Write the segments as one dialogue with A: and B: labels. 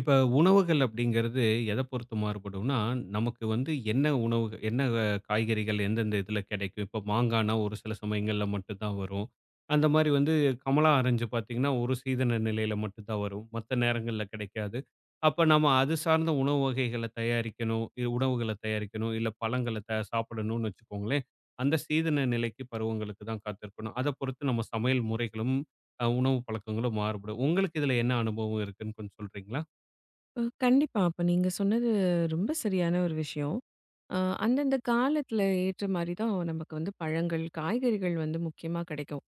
A: இப்ப உணவுகள் அப்படிங்கிறது எதை பொறுத்து மாறுபடும்னா, நமக்கு வந்து என்ன உணவுக என்ன காய்கறிகள் எந்தெந்த இதில கிடைக்கும். இப்போ மாங்கான்னா ஒரு சில சமயங்கள்ல மட்டும் தான் வரும். அந்த மாரி வந்து கமலா ஆரஞ்சு பார்த்தீங்கன்னா, ஒரு சீதன நிலையில மட்டும் தான் வரும். மத்த நேரங்கள்ல கிடைக்காது. அப்ப நம்ம அது சார்ந்த உணவு வகைகள தயாரிக்கணும், உணவுகள தயாரிக்கணும், இல்ல பழங்கள சாப்பிடணும்னு வச்சுக்கோங்களேன். அந்த சீதன நிலைக்கு, பருவங்களுக்கு தான் காத்திருக்கணும். அத பொறுத்து நம்ம சமையல் முறைகளும், உணவு பழக்கங்களும் மாறுபடும். உங்களுக்கு இதில என்ன அனுபவம் இருக்குன்னு கொஞ்சம் சொல்றீங்களா?
B: கண்டிப்பா. அப்ப நீங்க சொன்னது ரொம்ப சரியான ஒரு விஷயம். அ அந்தந்த காலத்துல ஏற்ற மாரி தான் நமக்கு வந்து பழங்கள், காய்கறிகள் வந்து முக்கியமா கிடைக்கும்.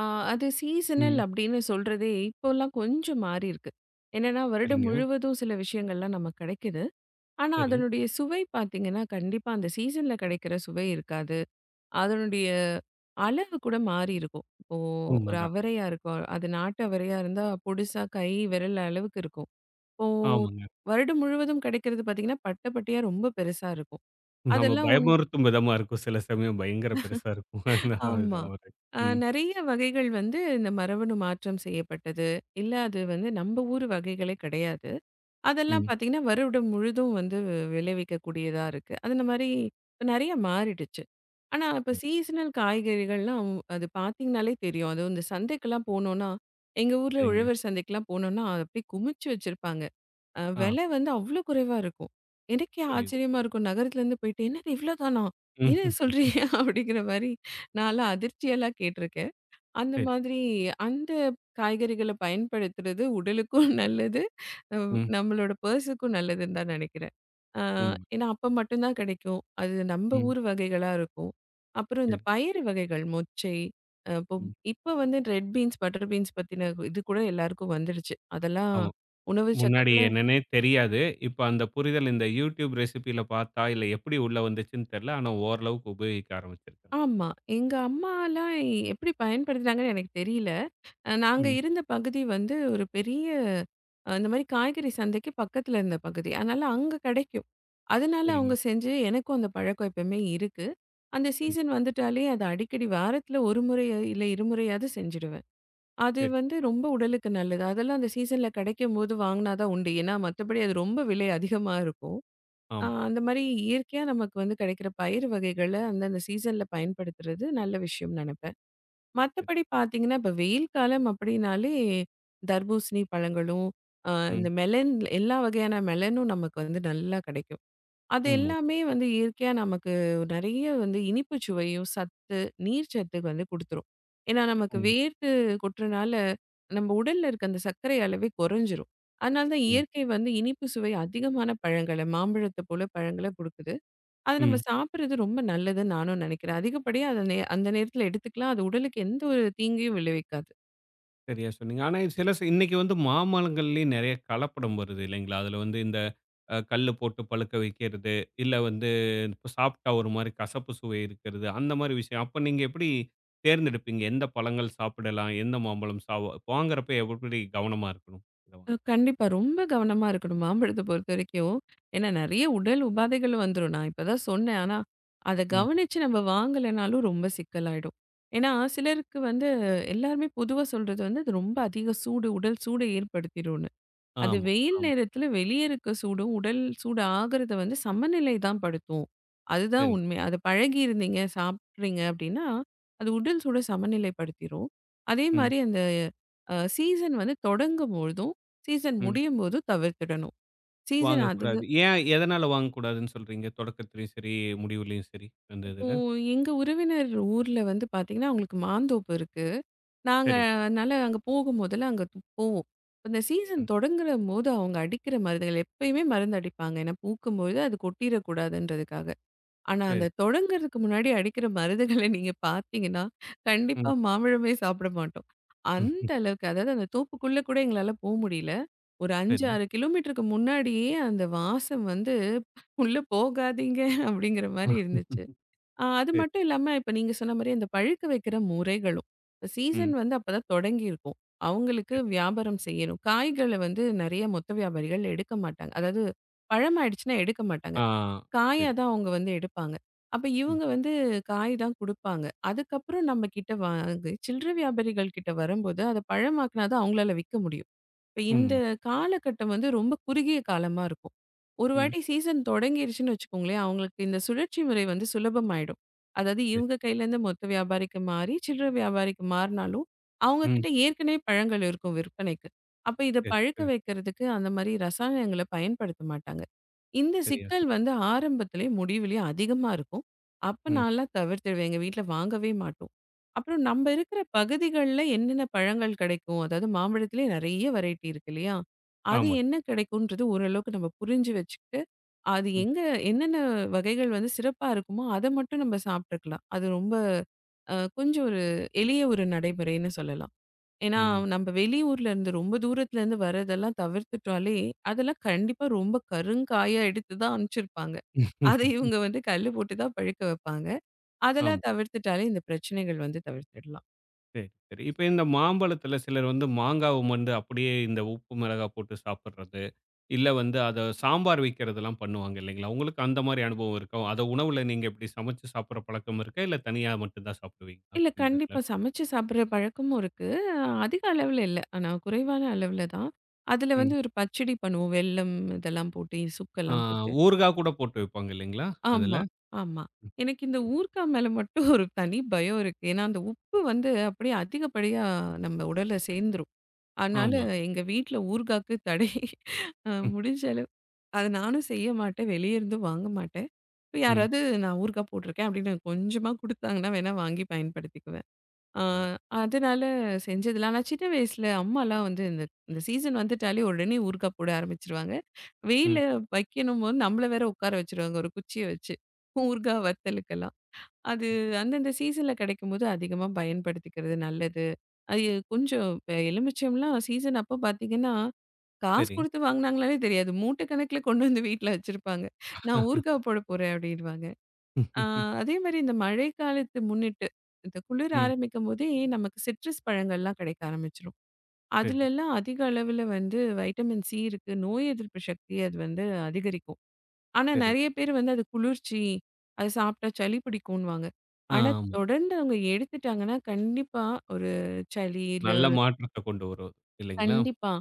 B: அ அது சீசனல்
A: ம்.
B: அப்படின்னு சொல்றதே இப்போலாம் கொஞ்சம் மாறி இருக்கு. என்னன்னா, வருடம்
A: சரிங்க.
B: முழுவதும் சில விஷயங்கள்லாம் நமக்கு கிடைக்குது. ஆனா,
A: சரி.
B: அதனுடைய சுவை பார்த்தீங்கன்னா, கண்டிப்பா அந்த சீசன்ல கிடைக்கிற சுவை இருக்காது. அதனுடைய அளவு கூட மாறி இருக்கும். இப்போ ஒரு
A: உண்மதான்.
B: அவரையா இருக்கும். அது நாட்டு அவரையா இருந்தா பொடுசா கை விரல் அளவுக்கு இருக்கும். இப்போ
A: ஆமாங்க.
B: வருடம் முழுவதும் கிடைக்கிறது பார்த்தீங்கன்னா, பட்ட பட்டையா ரொம்ப பெருசா இருக்கும்.
A: நம்ம
B: அதெல்லாம்
A: பயமுறுத்தும் விதமா இருக்கும். சில சமயம் பயங்கர பெருசா இருக்கும்.
B: ஆமா.
A: அவரு. ம்.
B: நெறைய வகைகள் வந்து இந்த மரபணு மாற்றம் செய்யப்பட்டது. இல்ல அது வந்து நம்ம ஊர் வகைகளே கிடையாது. அதெல்லாம்
A: ம்.
B: பார்த்தீங்கன்னா, வருடம் முழுதும் வந்து விளைவிக்கக்கூடியதா இருக்கு. அது இந்த மாரி நெறைய மாறிடுச்சு. ஆனா, இப்ப
A: சரி.
B: சீசனல் காய்கறிகள்லாம் அது பார்த்தீங்கனாலே தெரியும். அதுவும் இந்த சந்தைக்கெல்லாம் போனோம்னா, எங்க ஊர்ல
A: சரிங்க.
B: உழவர் சந்தைக்கெல்லாம் போனோம்னா, அத அப்படியே குமிச்சு வச்சிருப்பாங்க.
A: ஆ
B: விலை வந்து அவ்ளோ குறைவா இருக்கும். எனக்கே
A: புரியுது.
B: ஆச்சரியமா இருக்கும். நகரத்துலேருந்து போயிட்டு, "என்னது இவ்ளோ தானா? என்ன
A: ம்ஹ்ம்.
B: சொல்றீங்க?" அப்படிங்கிற மாரி நான்லாம் அதிர்ச்சியெல்லாம் கேட்டுருக்கேன். அந்த
A: சரி.
B: மாதிரி அந்த காய்கறிகள பயன்படுத்துறது உடலுக்கும் நல்லது. நம்
A: ம்.
B: நம்மளோட பர்ஸுக்கும் நல்லதுன்னு தான் நெனைக்கிறேன். அ
A: உண்ம.
B: ஏன்னா அப்ப மட்டும் தான் கிடைக்கும். அது நம்ம
A: ம்.
B: ஊர் வகைகளா இருக்கும். அப்புறம்
A: சரி.
B: இந்த பயறு வகைகள் மொச்சை, அ இப்போ
A: ம்.
B: இப்ப வந்து ரெட் பீன்ஸ், பட்டர் பீன்ஸ் பத்தின இது கூட எல்லாருக்கும் வந்துருச்சு. அதெல்லாம்
A: ஆமா.
B: உணவு
A: முன்னாடி
B: சட்டத்துல
A: என்னன்னே தெரியாது. இப்ப அந்த புரிதல் இந்த YouTube ரெசிபில பார்த்தா, இல்ல எப்படி உள்ள வந்துச்சுன்னு தெரியல. ஆனா ஓரளவுக்கு உபயோகிக்க ஆரம்பிச்சிருக்காங்க.
B: ஆமா. எங்க அம்மாலாம் எப்படி பயன்படுத்துனாங்கன்னு எனக்கு தெரியல. நாங்க
A: ம்.
B: இருந்த பகுதி வந்து ஒரு பெரிய இந்த மாரி காய்கறி சந்தைக்கு பக்கத்துல இருந்த பகுதி. அதனால அங்க கெடைக்கும். அதனால அவங்க
A: சரிங்க.
B: செஞ்சு எனக்கும் அந்த பழக்கம் எப்பவுமே இருக்கு. அந்த
A: ம்.
B: சீசன் வந்துட்டாலே அது அடிக்கடி வாரத்துல 1 முறை இல்ல 2 முறையாவது செஞ்சுடுவேன். அது
A: சரி.
B: வந்து ரொம்ப உடலுக்கு நல்லது. அதெல்லாம் அந்த சீசன்ல கெடைக்கும்போது வாங்குனா தான் உண்டு. ஏன்னா மத்தபடி அது ரொம்ப விலை அதிகமா இருக்கும். ஆ
A: ஆமா.
B: அந்த மாரி இயற்கையா நமக்கு வந்து கிடைக்கிற பயிர் வகைகள அந்தந்த சீசன்ல பயன்படுத்துறது நல்ல விஷயம்னு நெனைப்பேன்.
A: சரி.
B: மத்தபடி பார்த்தீங்கன்னா, இப்ப வெயில் காலம் அப்படின்னாலே தர்பூசணி பழங்களும், அ
A: ம்.
B: இந்த மெலன் எல்லா வகையான மெலனும் நமக்கு வந்து நல்லா கிடைக்கும். அது
A: உண்ம.
B: எல்லாமே வந்து இயற்கையா நமக்கு நிறைய வந்து இனிப்பு சுவையும், சத்து, நீர் சத்து வந்து குடுத்துரும். ஏன்னா, நமக்கு
A: உண்ம.
B: வேர்த்து கொட்டுறனால, நம்ம உடல்ல இருக்க அந்த சர்க்கரை அளவே குறைஞ்சிரும். அதனால தான்
A: ம்.
B: இயற்கை வந்து இனிப்பு சுவை அதிகமான பழங்கள, மாம்பழத்த போல பழங்கள குடுக்குது. அத நம்ம
A: ம்.
B: சாப்பிடுறது ரொம்ப நல்லதுன்னு நானும் நினைக்கிறேன். அதிகப்படியா அத அந்த நேரத்தில எடுத்துக்கலாம். அது உடலுக்கு எந்த ஒரு தீங்கையும் விளைவிக்காது.
A: சரியா சொன்னீங்க. ஆனா, இது சில இன்னைக்கு வந்து மாமரங்கள்லயும் நெறைய கலப்படம் வருது இல்லைங்களா? அதுல வந்து இந்த கல்லு போட்டு பழுக்க வைக்கிறது, இல்ல வந்து இப்ப சாப்பிட்டா ஒரு மாரி கசப்பு சுவை இருக்கிறது, அந்த மாரி விஷயம். அப்ப நீங்க எப்படி தேர்ந்தெடுப்பீங்க? எந்த பழங்கள் சாப்பிடலாம்? எந்த மாம்பழம் வாங்குறப்ப எப்படி கவனமா இருக்கணும்? இத வாங்க?
B: கண்டிப்பா. ரொம்ப கவனமா இருக்கணும் மாம்பழத்த பொறுத்தவரைக்கும். ஏன்னா நெறைய உடல் உபாதைகள் வந்துரும். நான் இப்ப தான் சொன்னேன். ஆனா, அத
A: ம்.
B: கவனிச்சு நம்ம வாங்கலைனாலும் ரொம்ப சிக்கலாயிடும். ஏன்னா, சிலருக்கு வந்து எல்லாருமே பொதுவா சொல்றது வந்து, "அது ரொம்ப அதிக சூடு, உடல் சூட ஏற்படுத்திடும்". அது
A: ஆமா,
B: வெயில்
A: ஆமா.
B: நேரத்துல வெளிய இருக்க சூடும், உடல் சூடு ஆகுறத வந்து சமநிலை தான் படுத்தும். அதுதான்
A: சரி.
B: உண்மை. அது பழகி இருந்தீங்க, சாப்பிட்றீங்க அப்படின்னா, அது உடல் சூட சமநிலைப்படுத்திரும். அதே
A: ம்,
B: மாரி அந்த சீசன் வந்து தொடங்கும்பொழுதும், சீசன்
A: ம்.
B: முடியும்போதும் தவிர்த்திடணும். சீசன்
A: வாங்கக்கூடாது.
B: அதிகம்
A: ஏன் எதனால வாங்கக்கூடாதுன்னு சொல்றீங்க? தொடக்கத்திலயும் சரி, முடிவுலயும் சரி, அந்த
B: இப்போ
A: இதுல.
B: எங்க உறவினர் ஊர்ல வந்து பார்த்தீங்கன்னா, அவங்களுக்கு மாந்தோப்பு இருக்கு. நாங்க
A: சரிங்க.
B: அதனால அங்க போகும்போதெல்லாம் அங்க போவோம். அந்த சீசன்
A: ம்.
B: தொடங்குறம்போது அவங்க அடிக்கிற மருந்துகள் எப்பயுமே மருந்து அடிப்பாங்க. ஏன்னா பூக்கும்போது அது கொட்டிறக்கூடாதுன்றதுக்காக. ஆனா
A: சரி,
B: அந்த
A: சரி.
B: தொடங்குறதுக்கு முன்னாடி அடிக்கிற மருந்துகள நீங்க பார்த்தீங்கன்னா,
A: ம்,
B: கண்டிப்பா மாம்பழமே சாப்பிட மாட்டோம்.
A: ம்.
B: அந்த அளவுக்கு அதாவது அந்த தோப்புக்குள்ள கூட எங்களால போ முடியல. ஒரு 5,
A: சரிங்க.
B: 6 கிலோமீட்டருக்கு முன்னாடியே அந்த வாசம் வந்து "உள்ள போகாதீங்க" அப்படிங்கிற
A: ஆ,
B: மாரி இருந்துச்சு. ஆ, அது
A: சரி.
B: மட்டும் இல்லாம, இப்ப நீங்க சொன்ன மாரி அந்த பழுக்க வைக்கிற முறைகளும்.
A: ம்.
B: சீசன் வந்து அப்பதான் தொடங்கியிருக்கும். அவங்களுக்கு
A: சரி.
B: வியாபாரம் செய்யணும். காய்கள வந்து நெறைய மொத்த வியாபாரிகள் எடுக்க மாட்டாங்க. அதாவது பழம் ஆயிடுச்சுன்னா எடுக்க மாட்டாங்க.
A: ஆ.
B: காயா
A: சரி.
B: தான் அவங்க வந்து எடுப்பாங்க. அப்ப
A: ம்.
B: இவங்க வந்து காய் தான் குடுப்பாங்க. அதுக்கப்புறம் நம்ம கிட்ட வாங்கி சில்லறை வியாபாரிகள் கிட்ட வரும்போது, அத பழமாக்குனா தான் அவங்களால விக்க முடியும். இப்ப இந்த
A: உண்ம.
B: காலகட்டம் வந்து ரொம்ப குறுகிய காலமா இருக்கும். ஒரு
A: ம்.
B: வாட்டி சீசன் தொடங்கிருச்சுன்னு வச்சுக்கோங்களேன், அவங்களுக்கு இந்த சுழற்சி முறை வந்து சுலபமாயிடும். அதாவது
A: சரி.
B: இவங்க கையிலேருந்து மொத்த வியாபாரிக்கு மாறி, சில்லறை வியாபாரிக்கு மாறினாலும், அவங்க
A: ம்.
B: கிட்ட ஏற்கனவே பழங்கள் இருக்கும் விற்பனைக்கு. அப்ப இத
A: சரி,
B: பழுக்க
A: சரி.
B: வைக்கிறதுக்கு அந்த மாரி ரசாயனங்கள பயன்படுத்த மாட்டாங்க. இந்த
A: சரியா
B: சிக்கல்
A: சொன்னீங்க.
B: வந்து ஆரம்பத்திலேயே முடிவிலேயே அதிகமா இருக்கும். அப்ப
A: ம்.
B: நான்லாம் தவிர்த்துடுவேன். எங்க வீட்ல வாங்கவே மாட்டோம். அப்புறம் நம்ம இருக்கிற பகுதிகள்ல என்னென்ன பழங்கள் கிடைக்கும்? அதாவது மாம்பழத்திலேயே நெறைய வெரைட்டி இருக்கு இல்லையா? அது
A: ஆமாங்க.
B: என்ன கிடைக்குன்றது ஓரளவுக்கு நம்ம புரிஞ்சு வச்சுக்கிட்டு, அது
A: ம்.
B: எங்க என்னென்ன வகைகள் வந்து சிறப்பா இருக்குமோ, அத மட்டும் நம்ம சாப்பிட்டுக்கலாம். அது ரொம்ப கொஞ்சம் ஒரு எளிய ஒரு நடைமுறைன்னு சொல்லலாம். ஏன்னா
A: ம்.
B: நம்ம வெளியூர்லேருந்து ரொம்ப தூரத்துலேருந்து வர்றதெல்லாம் தவிர்த்துட்டாலே, அதெல்லாம் கண்டிப்பா ரொம்ப கருங்காயா எடுத்து தான் அனுப்பிச்சிருப்பாங்க. அதை இவங்க வந்து கல்லு போட்டு தான் பழுக்க வைப்பாங்க.
A: ஆமா.
B: அதெல்லாம் தவிர்த்துட்டாலே இந்த பிரச்சனைகள் வந்து தவிர்த்துடலாம்.
A: சரி, சரி. இப்ப இந்த மாம்பழத்துல சிலர் வந்து மாங்காவ வந்து அப்படியே இந்த உப்பு, மிளகா போட்டு சாப்பிடுறது. இல்ல வந்து அத சாம்பார் வைக்கிறதெல்லாம் பண்ணுவாங்க இல்லைங்களா? உங்களுக்கு அந்த மாரி அனுபவம் இருக்கா? அத உணவுல நீங்க இப்படி சமைச்சு சாப்பிடுற பழக்கம் இருக்கா? இல்ல தனியா மட்டும் தான் சாப்பிடுவீங்களா?
B: இல்ல.
A: இந்த இதுல.
B: கண்டிப்பா. சமைச்சு சாப்பிடுற பழக்கமும் இருக்கு. அதிக அளவுல இல்ல. ஆனா குறைவான அளவுல தான். அதுல
A: ம்.
B: வந்து ஒரு பச்சடி பண்ணுவோம். வெல்லம் இதெல்லாம் போட்டு,
A: ஆ
B: சுக்கெல்லாம் போட்டு.
A: ஊறுகா கூட போட்டு வைப்பாங்க இல்லைங்களா? அதுல.
B: ஆமா, ஆமா.
A: ம்.
B: எனக்கு இந்த
A: ம்.
B: ஊர்க்கா மேல மட்டும் ஒரு தனி பயம் இருக்கு. ஏன்னா அந்த உப்பு வந்து அப்படியே அதிகப்படியா நம்ம உடல்ல சேர்ந்துரும். அதனால
A: ஆமா.
B: எங்க வீட்ல ஊர்காக்கு தடை.
A: ம்.
B: முடிஞ்ச அளவு அத நானும் செய்ய மாட்டேன். வெளிய இருந்தும் வாங்க மாட்டேன். இப்ப
A: ம்.
B: யாராவது நான் ஊர்கா போட்டிருக்கேன் அப்படின்னு கொஞ்சமா குடுத்தாங்கன்னா வேணா வாங்கி பயன்படுத்திக்குவேன். ஆ,
A: ம்.
B: அதனால செஞ்சதில்ல. ஆனா சின்ன வயசுல அம்மாலாம் வந்து இந்த இந்த சீசன் வந்துட்டாலே உடனே ஊறுகாய் போட ஆரம்பிச்சுருவாங்க.
A: ம்.
B: வெயில்ல வைக்கணும்போது நம்மள வேற உட்கார வச்சுருவாங்க ஒரு குச்சிய வச்சு. ஊறுகாய் வத்தலுக்கெல்லாம். அது
A: ம்.
B: அந்தந்த சீசன்ல கிடைக்கும்போது அதிகமா பயன்படுத்திக்கிறது நல்லது. அது கொஞ்சம் இப்ப எலுமிச்சம்லாம் சீசன் அப்போ பார்த்தீங்கன்னா, காசு
A: சரி.
B: குடுத்து வாங்குனாங்களான்னே தெரியாது. மூட்டை கணக்குல கொண்டு வந்து வீட்ல வச்சிருப்பாங்க. நான் ஊறுகாய் போட போறேன் அப்டின்னுவாங்க. ஆ,
A: ம்ஹ்ஹ்ம்.
B: அதே மாரி இந்த மழை காலத்த முன்னிட்டு, இந்த குளிர்
A: ம்.
B: ஆரம்பிக்கும்போதே நமக்கு சிட்ரஸ் பழங்கள்லாம் கிடைக்க ஆரம்பிச்சுரும்.
A: சரி,
B: அதுலலாம் அதிக அளவுல வந்து வைட்டமின் சி இருக்கு. நோய் எதிர்ப்பு சக்திய அது வந்து அதிகரிக்கும். ஆனா
A: சரிங்க.
B: நெறைய பேர் வந்து அது குளிர்ச்சி, அது சாப்பிட்டா சளி பிடிக்குன்னுவாங்க. ஆனா
A: ஆமா.
B: தொடர்ந்து அவங்க எடுத்துட்டாங்கன்னா, கண்டிப்பா ஒரு சளி இல்ல
A: நல்ல
B: ஒரு
A: மாற்றத்த கொண்டு வரும். இல்லைங்களா?
B: கண்டிப்பா.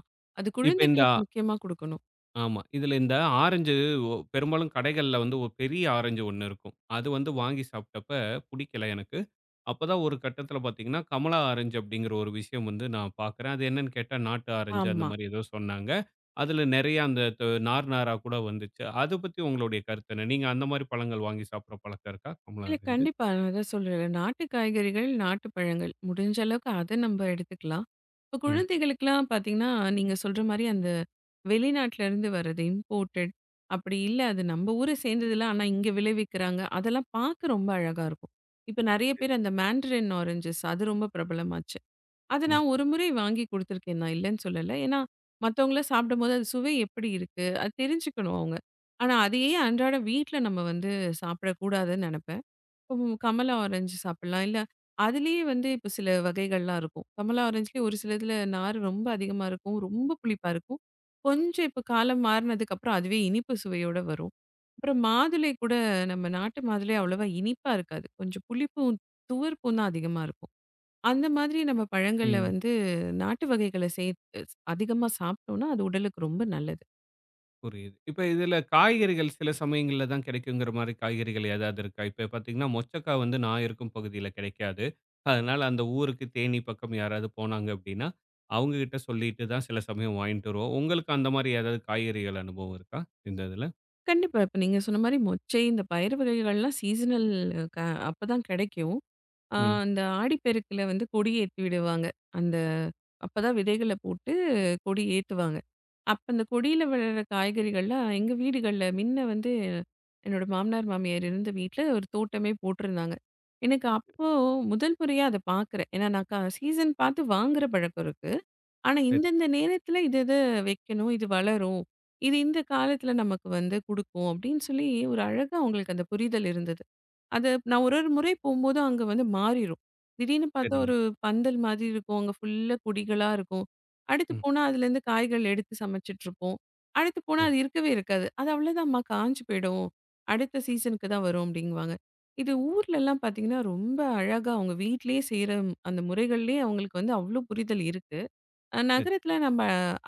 B: அது
A: இப்ப இந்த
B: குழந்தைகளுக்கு முக்கியமா குடுக்கணும்.
A: ஆமா. இதுல இந்த ஆரஞ்சு ஒ பெரும்பாலும் கடைகள்ல வந்து ஒரு பெரிய ஆரஞ்சு ஒண்ணு இருக்கும். அது வந்து வாங்கி சாப்பிட்டப்ப புடிக்கல எனக்கு. அப்பதான் ஒரு கட்டத்துல பார்த்தீங்கன்னா, கமலா ஆரஞ்சு அப்படிங்கிற ஒரு விஷயம் வந்து நான் பார்க்குறேன். அது என்னன்னு கேட்டா நாட்டு ஆரஞ்சு அந்த
B: ஆமா.
A: மாரி ஏதோ சொன்னாங்க. அதுல நெறைய அந்த நார் நாரா கூட வந்துச்சு. அத பத்தி உங்களுடைய கருத்து என்ன? நீங்க அந்த மாரி பழங்கள் வாங்கி சாப்பிடுற பழக்கம் இருக்கா? கமலா
B: இல்ல
A: ஆரஞ்சு?
B: கண்டிப்பா. நான் அதான் சொல்றேன். நாட்டு காய்கறிகள், நாட்டு பழங்கள் முடிஞ்ச அளவுக்கு அத நம்ம எடுத்துக்கலாம். இப்போ
A: ம்,
B: குழந்தைகளுக்குலாம் பார்த்தீங்கன்னா, நீங்க சொல்ற மாரி அந்த வெளிநாட்டிலேருந்து வர்றது இம்போர்ட்டட் அப்படி இல்ல அது நம்ம ஊர சேர்ந்ததில்ல. ஆனா இங்க விளைவிக்கிறாங்க. அதெல்லாம் பார்க்க ரொம்ப அழகா இருக்கும். இப்போ நெறைய பேர் அந்த மேண்டரின் ஆரஞ்சஸ் அது ரொம்ப பிரபலமாச்சு. அத
A: ம்,
B: நான் ஒரு முறை வாங்கி குடுத்துருக்கேன். நான் இல்லன்னு சொல்லல. ஏன்னா மத்தவங்கலாம் சாப்பிடும்போது அது சுவை எப்படி இருக்கு? அது தெரிஞ்சுக்கணும் அவங்க. ஆனா அதையே அன்றாட வீட்ல நம்ம வந்து சாப்பிடக்கூடாதுன்னு நெனப்பேன். இப்போ கமலா ஆரஞ்சு சாப்பிடலாம். இல்ல அதிலேயே வந்து இப்போ சில வகைகள்லாம் இருக்கும். கமலா ஆரஞ்சுலயே ஒரு சிலதுல நார் ரொம்ப அதிகமா இருக்கும். ரொம்ப புளிப்பா இருக்கும். கொஞ்சம் இப்போ காலம் மாறினதுக்கு அப்புறம் அதுவே இனிப்பு சுவையோட வரும். அப்புறம் மாதுளை கூட நம்ம நாட்டு மாதுளை அவ்வளவா இனிப்பா இருக்காது. கொஞ்சம் புளிப்பும், துவர்ப்பும் தான் அதிகமா இருக்கும். அந்த மாதிரி நம்ம பழங்கள்ல
A: ம்.
B: வந்து நாட்டு வகைகள சேர்த்து அதிகமா சாப்பிட்டோம்னா, அது உடலுக்கு ரொம்ப நல்லது.
A: புரியுது. இப்ப இதுல காய்கறிகள் சில சமயங்கள்ல தான் கிடைக்குங்கிற மாரி காய்கறிகள் ஏதாவது இருக்கா? இப்ப பார்த்தீங்கன்னா, மொச்சக்கா வந்து நான் இருக்கும் பகுதியில கிடைக்காது. அதனால அந்த ஊருக்கு தேனி பக்கம் யாராவது போனாங்க அப்படின்னா, அவங்க கிட்ட சொல்லிட்டு தான் சில சமயம் வாங்கிட்டு வருவோம். உங்களுக்கு அந்த மாரி ஏதாவது காய்கறிகள் அனுபவம் இருக்கா? இந்த இதுல?
B: கண்டிப்பா. இப்ப நீங்க சொன்ன மாரி மொச்சை இந்த பயறு வகைகள்லாம் சீசனல் க அப்பதான் கிடைக்கும். ஆ
A: ம்.
B: அந்த ஆடிப்பெருக்குல வந்து கொடி ஏத்தி விடுவாங்க. அந்த அப்பதான் விதைகள போட்டு கொடி ஏத்துவாங்க. அப்ப அந்த கொடியில விழுற காய்கறிகள்லாம் எங்க வீடுகள்ல முன்ன வந்து என்னோட மாமனார், மாமியார் இருந்த வீட்ல ஒரு தோட்டமே போட்டிருந்தாங்க. எனக்கு அப்போ முதல் முறையா அத பார்க்குறேன். ஏன்னா நான் சீசன் பார்த்து வாங்குற பழக்கம் இருக்கு. ஆனா
A: சரி,
B: இந்தந்த நேரத்துல இது இது வைக்கணும், இது வளரும், இது இந்த காலத்துல நமக்கு வந்து குடுக்கும் அப்படின்னு சொல்லி ஒரு அழகா அவங்களுக்கு அந்த புரிதல் இருந்தது. அது நான் ஒரு ஒரு முறை போம்போது அங்க வந்து மாறிரும். திடீர்னு பார்த்தா
A: சரிங்க.
B: ஒரு பந்தல் மாதிரி இருக்கும். அங்க ஃபுல்லா கொடிகளா இருக்கும். அடுத்து
A: ம்.
B: போனா அதுலேருந்து காய்கள் எடுத்து சமைச்சுட்ருப்போம். அடுத்து போனா
A: சரி,
B: அது இருக்கவே இருக்காது. அது அவ்வளோதாம்மா காஞ்சு போயிடும். அடுத்த சீசனுக்கு தான் வரும் அப்டிங்குவாங்க. இது ஊர்லலாம் பார்த்தீங்கன்னா, ரொம்ப அழகா அவங்க வீட்லயே செய்ற அந்த முறைகள்லயே அவங்களுக்கு வந்து அவ்ளோ புரிதல் இருக்கு.
A: சரி.
B: நகரத்துல நம்ம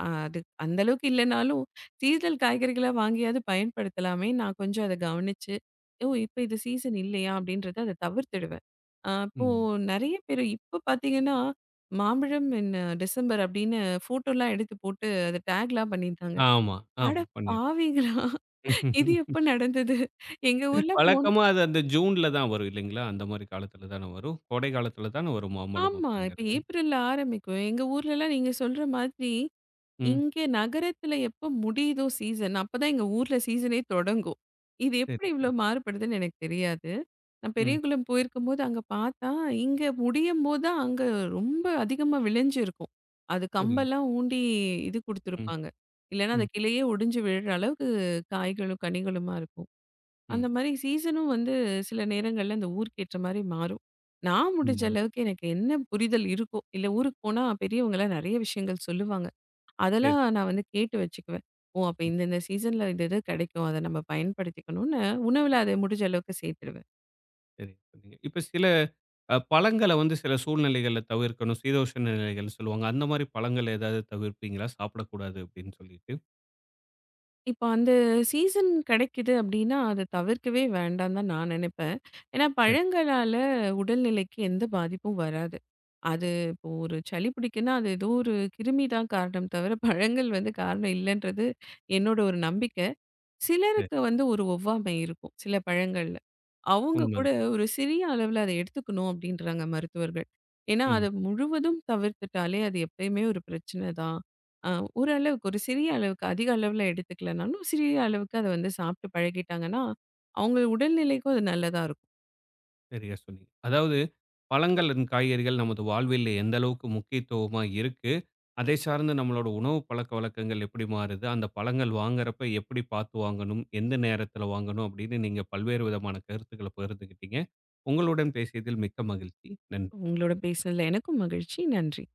B: அது அந்த அளவுக்கு இல்லனாலும், சீசனல் காய்கறிகளா வாங்கியாவது பயன்படுத்தலாமே! நான் கொஞ்சம் அத கவனிச்சு, "ஓ! இப்ப இது சீசன் இல்லையா?" அப்படின்றத அத தவிர்த்துடுவேன். அப்போ
A: ம்.
B: நெறைய பேரு இப்ப பாத்தீங்கன்னா, "மாம்பழம் இன் டிசம்பர்" அப்படின்னு ஃபோட்டோலாம் எடுத்து போட்டு அத டேக்லாம் பண்ணியிருந்தாங்க.
A: ஆமா,
B: அட
A: ஆமா. பன்னீர்.
B: பாவிங்களா! இது எப்ப நடந்தது? எங்க ஊர்ல போன
A: வழக்கமா அது அந்த ஜூன்ல தான் வரும் இல்லைங்களா? அந்த மாரி காலத்துல தானே வரும். கோடை காலத்துல தானே வரும் மாம்பழம்
B: ஆமா. இப்ப
A: அப்படிங்கிறது.
B: ஏப்ரல்ல ஆரம்பிக்கும். எங்க ஊர்லலாம் நீங்க சொல்ற மாதிரி
A: ம்.
B: இங்க நகரத்துல எப்போ முடியுதோ சீசன், அப்பதான் எங்க ஊர்ல சீசனே தொடங்கும். இது எப்படி
A: சரி, சரி.
B: இவ்ளோ மாறுபடுதுன்னு எனக்கு தெரியாது. நான்
A: ம்.
B: பெரியகுளம் போயிருக்கும்போது அங்க பார்த்தா, இங்க முடியும்போது தான் அங்க ரொம்ப அதிகமா விளைஞ்சிருக்கும். அது
A: புரியுது.
B: கம்பெல்லாம் ஊண்டி இது குடுத்துருப்பாங்க. இல்லன்னா
A: ம்,
B: அந்த கிளையே ஒடிஞ்சு விழுற அளவுக்கு காய்களும், கனிகளுமா இருக்கும்.
A: ம்.
B: அந்த மாரி சீசனும் வந்து சில நேரங்கள்ல அந்த ஊருக்கு ஏற்ற மாரி மாறும். நான் முடிஞ்ச
A: ஆமா.
B: அளவுக்கு எனக்கு என்ன புரிதல் இருக்கோ, இல்ல ஊருக்கு போனா பெரியவங்கலாம் நெறைய விஷயங்கள் சொல்லுவாங்க.
A: சரி.
B: அதெல்லாம் நான் வந்து கேட்டு வச்சுக்குவேன். ஓ! அப்ப
A: ம்.
B: இந்த இந்த சீசன்ல இது இது கிடைக்கும். அத நம்ம பயன்படுத்திக்கணும்னு உணவுல அத முடிஞ்ச அளவுக்கு சேர்த்துடுவேன்.
A: சரியா சொன்னீங்க. இப்ப சில பழங்கள வந்து சில சூழ்நிலைகள்ல தவிர்க்கணும். சீதோஷண நிலைகள்னு சொல்லுவாங்க. அந்த மாரி பழங்கள் ஏதாவது தவிர்ப்பீங்களா? சாப்பிடக்கூடாது அப்படின்னு சொல்லிட்டு.
B: இப்போ அந்த சீசன் கிடைக்குது அப்டின்னா, அத தவிர்க்கவே வேண்டான்னு தான் நான் நினைப்பேன். ஏன்னா
A: சரி,
B: பழங்களால உடல்நிலைக்கு எந்த பாதிப்பும் வராது. அது இப்போ ஒரு சளி பிடிக்குன்னா, அது ஏதோ ஒரு கிருமி தான் காரணம் தவிர பழங்கள் வந்து காரணம் இல்லன்றது என்னோட ஒரு நம்பிக்கை.
A: சரி.
B: சிலருக்கு வந்து ஒரு ஒவ்வாமை இருக்கும் சில பழங்கள்ல. அவங்க கூட
A: உண்மதான்.
B: ஒரு சிறிய அளவுல அத எடுத்துக்கணும் அப்படின்றாங்க மருத்துவர்கள். ஏன்னா
A: ம்.
B: அத முழுவதும் தவிர்த்துட்டாலே அது எப்பயுமே ஒரு பிரச்சனை தான். அ ஓரளவுக்கு ஒரு சிறிய அளவுக்கு அதிக அளவுல எடுத்துக்கலனாலும் சிறிய அளவுக்கு அத வந்து சாப்பிட்டு பழகிட்டாங்கன்னா, அவங்க உடல்நிலைக்கும் அது நல்லதா இருக்கும்.
A: சரியா சொன்னீங்க. அதாவது பழங்கள் அண்ட் காய்கறிகள் நமது வாழ்வியல்ல எந்த அளவுக்கு முக்கியத்துவமா இருக்கு, அதை சார்ந்து நம்மளோட உணவு பழக்கவழக்கங்கள் எப்படி மாறுது, அந்த பழங்கள் வாங்குறப்ப எப்படி பார்த்து வாங்கணும், எந்த நேரத்தில வாங்கணும் அப்படின்னு நீங்க பல்வேறு விதமான கருத்துக்கள பகிர்ந்துக்கிட்டீங்க. உங்களுடன் பேசியதில் மிக்க மகிழ்ச்சி. நன்றி.
B: உங்களோட பேசினதுல எனக்கும் மகிழ்ச்சி. நன்றி.